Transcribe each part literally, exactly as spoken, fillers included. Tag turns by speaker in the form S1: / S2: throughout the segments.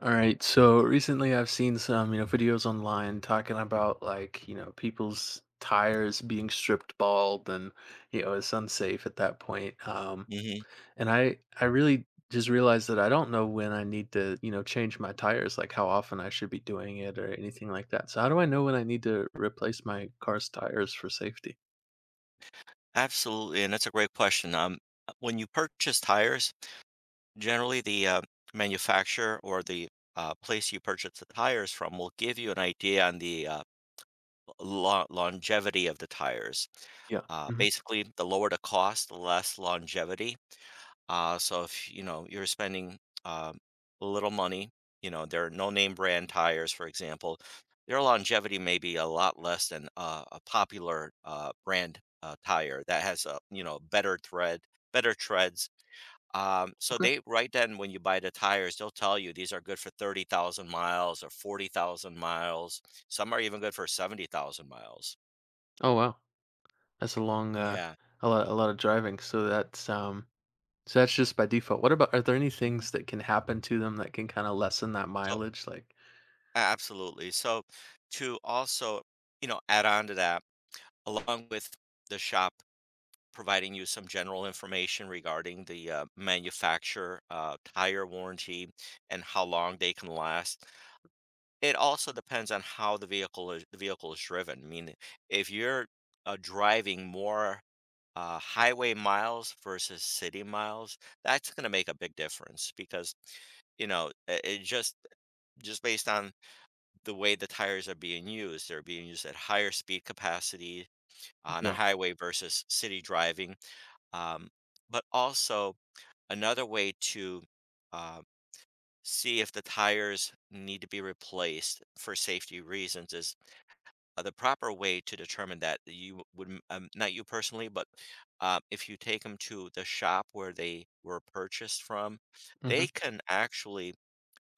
S1: All right, so recently I've seen some, you know, videos online talking about like, you know, people's tires being stripped bald and, you know, it's unsafe at that point. Um,
S2: Mhm.
S1: and I I really just realized that I don't know when I need to, you know, change my tires, like how often I should be doing it or anything like that. So how do I know when I need to replace my car's tires for safety?
S2: Absolutely, and that's a great question. Um, uh, when you purchase tires, generally the uh, manufacturer or the uh, place you purchase the tires from will give you an idea on the uh, lo- longevity of the tires.
S1: Yeah.
S2: Uh,
S1: Hmm.
S2: basically, the lower the cost, the less longevity. Uh, so if you know you're spending um, a little money, you know there are no name brand tires, for example. Their longevity may be a lot less than uh, a popular uh, brand uh, tire that has a you know better thread, better treads. Um, so
S1: Okay.
S2: they right then when you buy the tires, they'll tell you these are good for thirty thousand miles or forty thousand miles. Some are even good for seventy thousand miles.
S1: Oh wow, that's a long, uh,
S2: Yeah.
S1: a lot, a lot of driving. So that's um, So that's just by default. What about are there any
S2: Mhm.
S1: things that can happen to them that can kinda lessen that
S2: So
S1: mileage? Like.
S2: a- absolutely. So to also you know add on to that along with the shop providing you some general information regarding the uh, manufacturer, uh, tire warranty, and how long they can last. It also depends on how the vehicle is, the vehicle is driven. I mean, if you're uh, driving more uh, highway miles versus city miles, that's going to make a big difference because you know it, it just just based on the way the tires are being used, they're being used at higher speed capacity uh, on a
S1: Yeah.
S2: highway versus city driving. Um, but also, another way to uh, see if the tires need to be replaced for safety reasons is, uh, the proper way to determine that you would, m- um, not you personally, but uh, if you take them to the shop where they were purchased from, they
S1: Mhm.
S2: can actually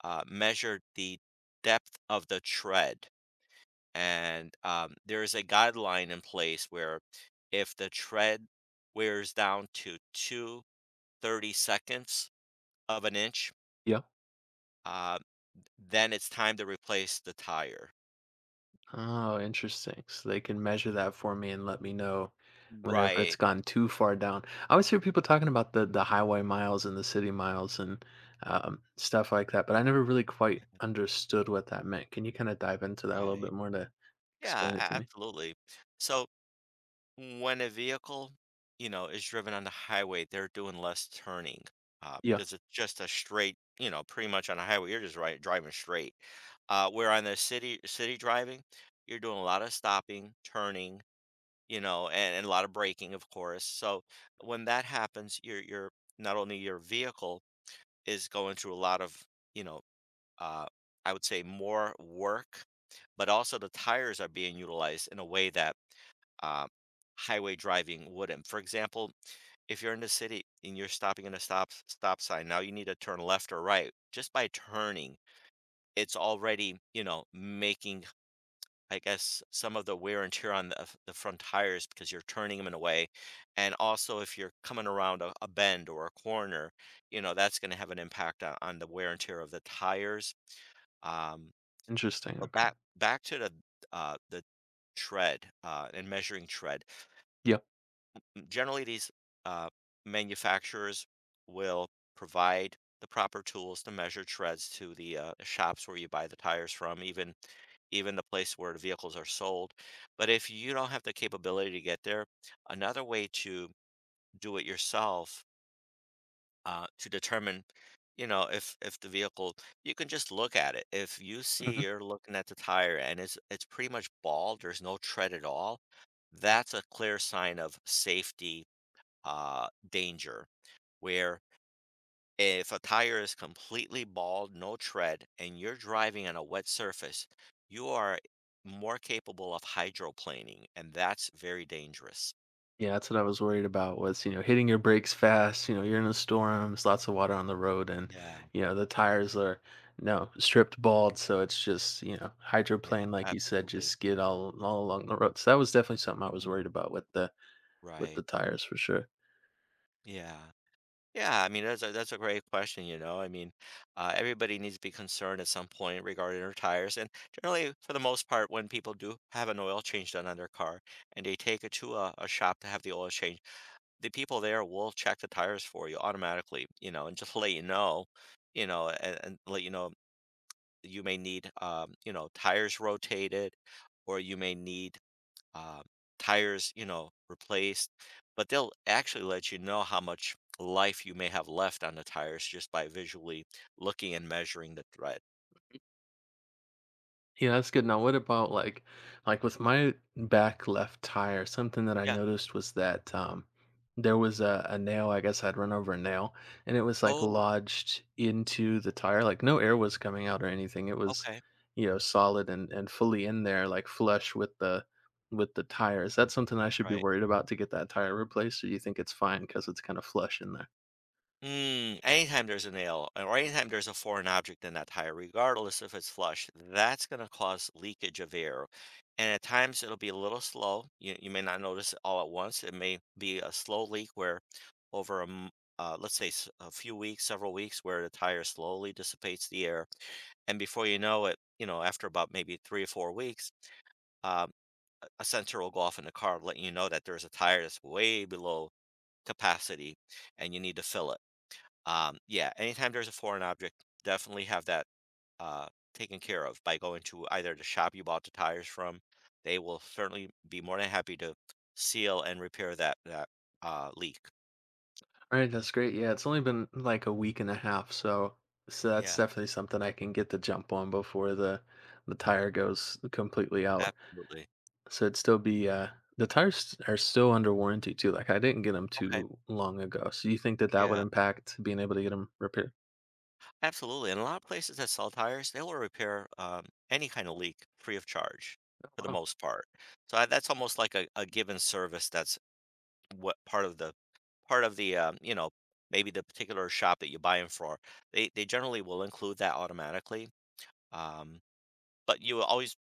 S2: uh, measure the depth of the tread, and um, there is a guideline in place where if the tread wears down to two thirty seconds of an inch,
S1: Yeah.
S2: uh, then it's time to replace the tire.
S1: Oh, interesting. So they can measure that for me and let me know whenever it's
S2: Right,
S1: gone too far down. I always hear people talking about the the highway miles and the city miles and, um, stuff like that, but I never really quite understood what that meant. Can you kinda dive into that a little
S2: right.
S1: bit more to
S2: Yeah,
S1: explain it to
S2: a-
S1: me?
S2: absolutely. So when a vehicle, you know, is driven on the highway, they're doing less turning uh,
S1: Yeah.
S2: because it's just a straight, you know, pretty much on a highway, you're just right driving straight. Uh, where on the city city driving, you're doing a lot of stopping, turning, you know, and, and a lot of braking, of course. So when that happens, your your not only your vehicle is going through a lot of, you know, uh, I would say more work, but also the tires are being utilized in a way that uh, highway driving wouldn't. For example, if you're in the city and you're stopping at a stop stop sign, now you need to turn left or right. Just by turning, it's already you know making I guess some of the wear and tear on the f- the front tires because you're turning them in a way, and also if you're coming around a, a bend or a corner, you know that's going to have an impact on, on the wear and tear of the tires. Um,
S1: Interesting,
S2: but
S1: okay.
S2: back back to the uh, the tread uh, and measuring tread,
S1: Yeah.
S2: generally these uh, manufacturers will provide the proper tools to measure treads to the uh, shops where you buy the tires from, even even the place where the vehicles are sold. But if you don't have the capability to get there, another way to do it yourself, uh, to determine you know if if the vehicle, you can just look at it. If you see
S1: Mhm.
S2: you're looking at the tire and it's it's pretty much bald, there's no tread at all, that's a clear sign of safety uh, danger, where if a tire is completely bald, no tread, and you're driving on a wet surface, you are more capable of hydroplaning, and that's very dangerous.
S1: Yeah, that's what I was worried about was, you know, hitting your brakes fast, you know, you're in a storm, there's lots of water on the road and,
S2: Yeah,
S1: you know, the tires are, no, stripped bald, so it's just, you know,
S2: yeah,
S1: hydroplane, like you said, just
S2: absolutely.
S1: skid all all along the road. So that was definitely something I was
S2: Mhm.
S1: worried about with the with
S2: Right.
S1: the tires for sure.
S2: Yeah. Yeah, I mean that's a that's a great question, you know. I mean, uh, everybody needs to be concerned at some point regarding their tires, and generally, for the most part, when people do have an oil change done on their car and they take it to a, a shop to have the oil change, the people there will check the tires for you automatically, you know, and just let you know, you know, and, and let you know you may need, um, you know, tires rotated, or you may need um, tires, you know, replaced. But they'll actually let you know how much life you may have left on the tires just by visually looking and measuring the tread.
S1: Yeah, that's good. Now, what about like, like with my back left tire, something that I
S2: Yeah.
S1: noticed was that um, there was a, a nail. I guess I'd run over a nail, and it was like
S2: Oh,
S1: lodged into the tire. Like no air was coming out or anything. It was,
S2: okay.
S1: you know, solid and and fully in there, like flush with the with the tire. Is that something I should be
S2: Right.
S1: worried about to get that tire replaced, or do you think it's fine because it's kind of flush in there?
S2: Mm, anytime there's a nail uh, or anytime there's a foreign object in that tire, regardless if it's flush, that's going to cause leakage of air. And at times it'll be a little slow. You, you may not notice it all at once. It may be a slow leak where over a, m- uh, let's say s- a few weeks, several weeks, where the tire slowly dissipates the air. And before you know it, you know, after about maybe three or four weeks, um, a a sensor will go off in the car letting you know that there's a tire that's way below capacity and you need to fill it. Um, yeah, anytime there's a foreign object, definitely have that uh, taken care of by going to either the shop you bought the tires from. They will certainly be more than happy to seal and repair that that uh, leak.
S1: Alright, that's great, yeah, it's only been, like, a week and a half, so so that's
S2: Yeah,
S1: definitely something I can get the jump on before the the tire goes completely out.
S2: absolutely.
S1: So it'd still be, uh the tires are still under warranty too, like, I didn't get get them
S2: Okay.
S1: too long ago, so you think that that would
S2: Yeah,
S1: impact being able to get them repaired?
S2: absolutely. And a lot of places that sell tires, they will repair um, any kind of leak free of charge for the
S1: Wow.
S2: most part. So I, that's almost like a, a given service that's what part of the part of the um, you know, maybe the particular shop that you buy them for, they they generally will include that automatically. um, but you always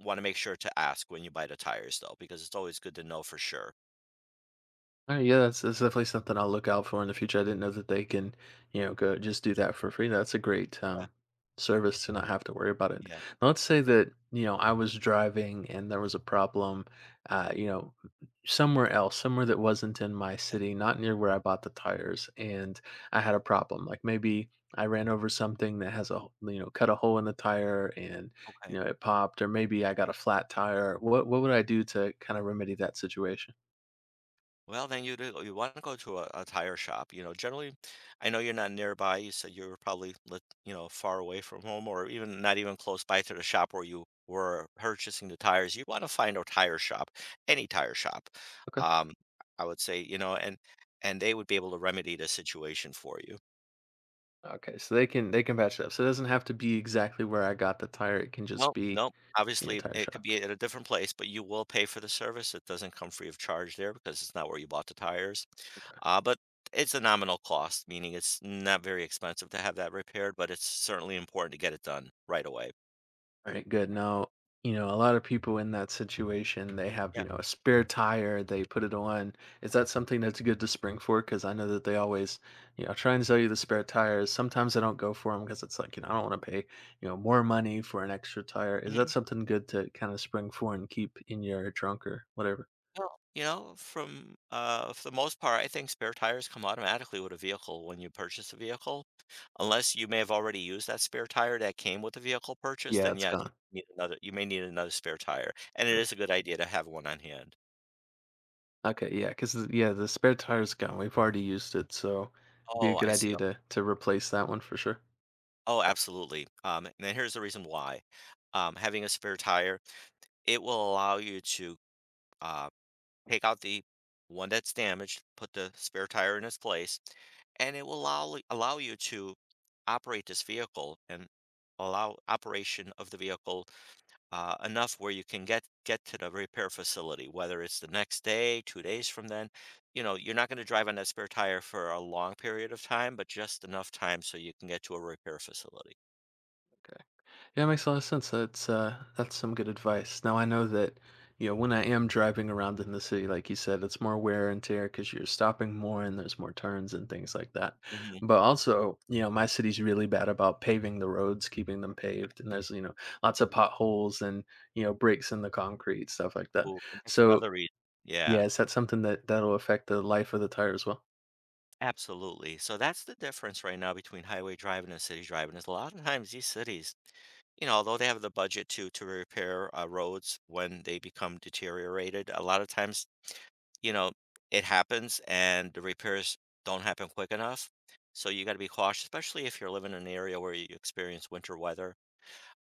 S2: want to make sure to ask when you buy the tires, though, because it's always good to know for sure.
S1: All right, yeah, that's, that's definitely something I'll look out for in the future. I didn't know that they can, you know, go just do that for free. That's a great
S2: Yeah,
S1: um, service to not have to worry about it.
S2: yeah,
S1: Now, let's say that you know I was driving and there was a problem, uh, you know, somewhere else, somewhere that wasn't in my
S2: yeah,
S1: city, not near where I bought the tires, and I had a problem. Like maybe I ran over something that has a, h- you know, cut a hole in the tire and
S2: okay.
S1: you know it popped, or maybe I got a flat tire. What what would I do to kind of remedy that situation?
S2: Well, then you'd uh, you want to go to a, a tire shop. You know, generally, I know you're not nearby. You said you were probably, lit- you know, far away from home, or even not even close by to the shop where you were purchasing the tires. You want to find a tire shop, any tire shop.
S1: Okay.
S2: Um, I would say, you know, and and they would be able to remedy the situation for you.
S1: Okay, so they can they can match it up. So it doesn't have to be exactly where I got the tire. It can
S2: No,
S1: just be,
S2: no,
S1: you know,
S2: obviously
S1: tire
S2: it could
S1: shop.
S2: be at a different place, but you will pay for the service. It doesn't come free of charge there because it's not where you bought the tires. Uh, but it's a nominal cost, meaning it's not very expensive to have that repaired, but it's certainly important to get it done right away.
S1: All right, good. Now, you know, a lot of people in that situation, they have,
S2: Yeah.
S1: you know, a spare tire, they put it on. Is that something that's good to spring for? Because I know that they always, you know, try and sell you the spare tires. Sometimes I don't go for them because it's like, you know, I don't want to pay, you know, more money for an extra tire. Is that
S2: Mhm.
S1: something good to kind of spring for and keep in your trunk or whatever?
S2: Well, you know, from uh, for the most part, I think spare tires come automatically with a vehicle when you purchase a vehicle, unless you may have already used that spare tire that came with the vehicle purchase.
S1: Yeah,
S2: Then
S1: it's
S2: yes,
S1: gone.
S2: you need another. You may need another spare tire, and it is a good idea to have one on hand.
S1: Okay, yeah, cause yeah, the spare tire's gone, we've already used it, so it'd be a
S2: Oh,
S1: good
S2: I see.
S1: idea to to replace that one for sure.
S2: Oh, absolutely. Um, and then here's the reason why. Um, having a spare tire, it will allow you to uh, take out the one that's damaged, put the spare tire in its place, and it will allow allow you to operate this vehicle and allow operation of the vehicle uh, enough where you can get get to the repair facility, whether it's the next day, two days from then. You know, you're not going to drive on that spare tire for a long period of time, but just enough time so you can get to a repair facility.
S1: Yeah, makes a lot of sense, that's, uh, that's some good advice. Now I know that, you know, when I am driving around in the city, like you said, it's more wear and tear because 'cause you're stopping more and there's more turns and things like that.
S2: Hmm.
S1: But also, you know, my city's really bad about paving the roads, keeping them paved, and there's, you know, lots of potholes and, you know, breaks in the concrete, stuff like that.
S2: Ooh, and that's
S1: So,
S2: another reason. Yeah.
S1: yeah, is that something that that'll affect the life of the tire as well?
S2: Absolutely. So that's the difference right now between highway driving and city driving is a lot of times these cities, you know, although they have the budget to to repair uh, roads when they become deteriorated, a lot of times, you know, it happens and the repairs don't happen quick enough. So you got to be cautious, especially if you're living in an area where you experience winter weather.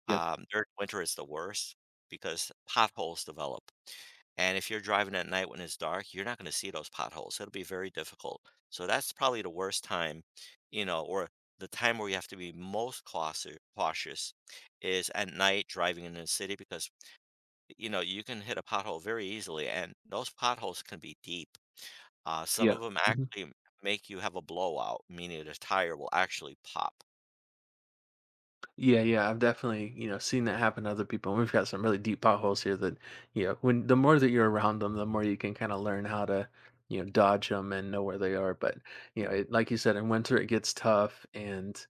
S1: Yeah.
S2: um, During winter, it's the worst because potholes develop. And if you're driving at night when it's dark, you're not going to see those potholes. It'll be very difficult. So that's probably the worst time, you know, or the time where you have to be most cauti- cautious is at night driving in the city because, you know, you can hit a pothole very easily and those potholes can be deep. Uh, some
S1: Yeah.
S2: of them
S1: Mhm.
S2: actually make you have a blowout, meaning the tire will actually pop.
S1: Yeah, yeah, I've definitely, you know, seen that happen to other people, and we've got some really deep potholes here that, you know, when the more that you're around them, the more you can kinda learn how to, you know, dodge them and know where they are, but, you know, it like you said, in winter, it gets tough, and,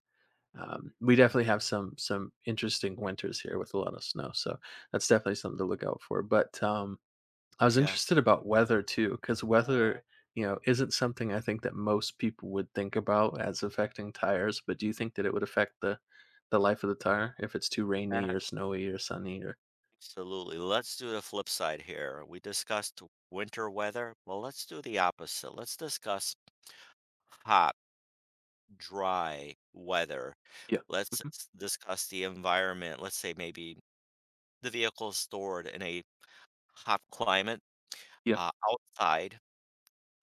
S1: um, we definitely have some some interesting winters here with a lot of snow, so that's definitely something to look out for, but, um I was
S2: Yeah.
S1: interested about weather too, because yeah, weather, you know, isn't something I think that most people would think about as affecting tires. But do you think that it would affect the the life of the tire if it's too rainy or snowy or sunny or.
S2: Absolutely. Let's do the flip side here. We discussed winter weather. Well, let's do the opposite. Let's discuss hot, dry weather.
S1: Yeah.
S2: Let's
S1: Hmm.
S2: s- discuss the environment. Let's say maybe the vehicle is stored in a hot climate
S1: Yeah.
S2: uh, outside.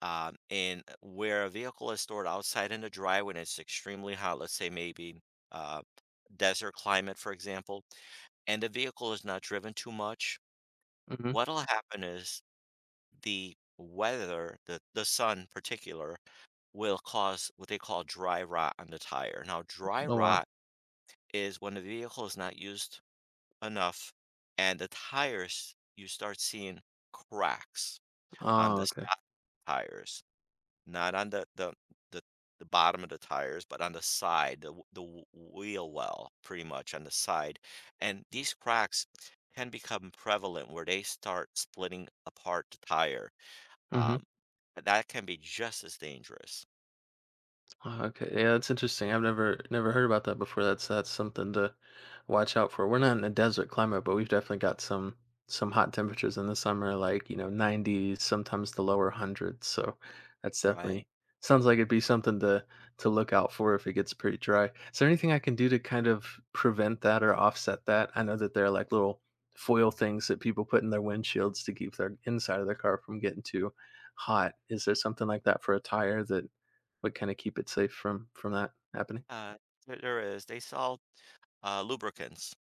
S2: Um, and where a vehicle is stored outside in the dry when it's extremely hot, let's say maybe uh, desert climate, for example, and the vehicle is not driven too much,
S1: Hmm.
S2: what'll happen is the weather, the, the sun in particular, will cause what they call dry rot on the tire. Now, dry
S1: Oh wow.
S2: rot is when the vehicle is not used enough and the tires, you start seeing cracks on
S1: Oh,
S2: the
S1: okay.
S2: side tires, not on the, the, the, the bottom of the tires, but on the side, the, w- the w- wheel well, pretty much on the side. And these cracks can become prevalent where they start splitting apart the tire.
S1: Mhm.
S2: um, that can be just as dangerous.
S1: Oh, okay. Yeah, that's interesting. I've never never heard about that before. That's that's something to watch out for. We're not in a desert climate, but we've definitely got some some hot temperatures in the summer, like, you know, nineties, sometimes the lower hundreds. So that's
S2: Right.
S1: definitely sounds like it'd be something to to look out for if it gets pretty dry. Is there anything I can do to kind of prevent that or offset that? I know that there are like little foil things that people put in their windshields to keep their inside of their car from getting too hot. Is there something like that for a tire that what kinda keep it safe from from that happening?
S2: Uh, there there is. They sell uh, lubricants.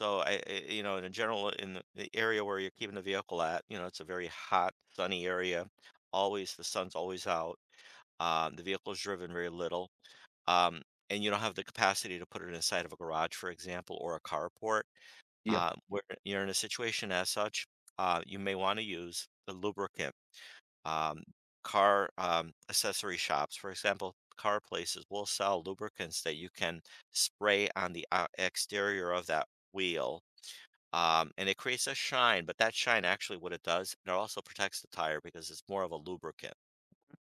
S2: So I, I- you know, in general, in the the area where you're keeping the vehicle at, you know, it's a very hot, sunny area. Always the sun's always out. Um, the vehicle's driven very little, um, and you don't have the capacity to put it inside of a garage, for example, or a carport.
S1: Yeah.
S2: Uh, where you're in a situation as such, uh, you may want to use the lubricant. um, Car um, accessory shops, for example, car places will sell lubricants that you can spray on the ou- exterior of that wheel. Um, and it creates a shine, but that shine actually what it does, and it also protects the tire because it's more of a lubricant.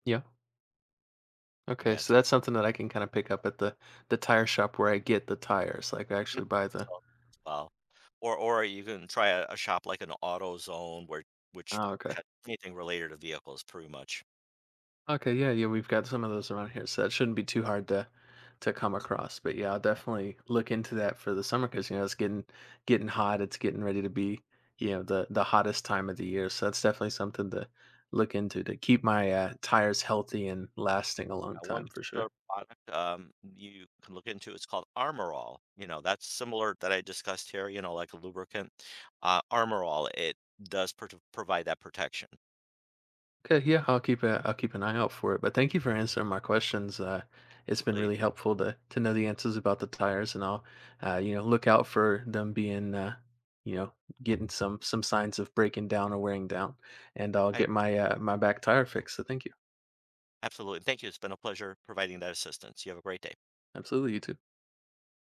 S1: Yeah. Okay,
S2: Yeah, it's
S1: so
S2: a
S1: that's something that I can kinda pick up at the the tire shop where I get the tires, like, I actually
S2: lubricant
S1: buy the.
S2: itself as well. Or or you can try a, a shop like an AutoZone, where which
S1: Oh, okay.
S2: has anything related to vehicles pretty much.
S1: Okay, yeah, yeah, we've got some of those around here, so that shouldn't be too hard to to come across, but, yeah, I'll definitely look into that for the summer because you know, it's getting getting hot, it's getting ready to be, you know, the the hottest time of the year, so that's definitely something to look into to keep my, uh, tires healthy and lasting a long
S2: Uh, one
S1: time for
S2: particular
S1: sure.
S2: product, um, you can look into, it's called Armorall. You know, that's similar that I discussed here, you know, like a lubricant. Uh, Armorall, it does pro provide that protection.
S1: Okay, yeah, I'll keep a I'll keep an eye out for it. But thank you for answering my questions. Uh, it's been
S2: Absolutely.
S1: really helpful to to know the answers about the tires, and I'll uh, you know look out for them being uh, you know getting some some signs of breaking down or wearing down, and I'll
S2: I
S1: get my uh, my back tire fixed. So thank you.
S2: absolutely. Thank you. It's been a pleasure providing that assistance. You have a great day.
S1: Absolutely, you too.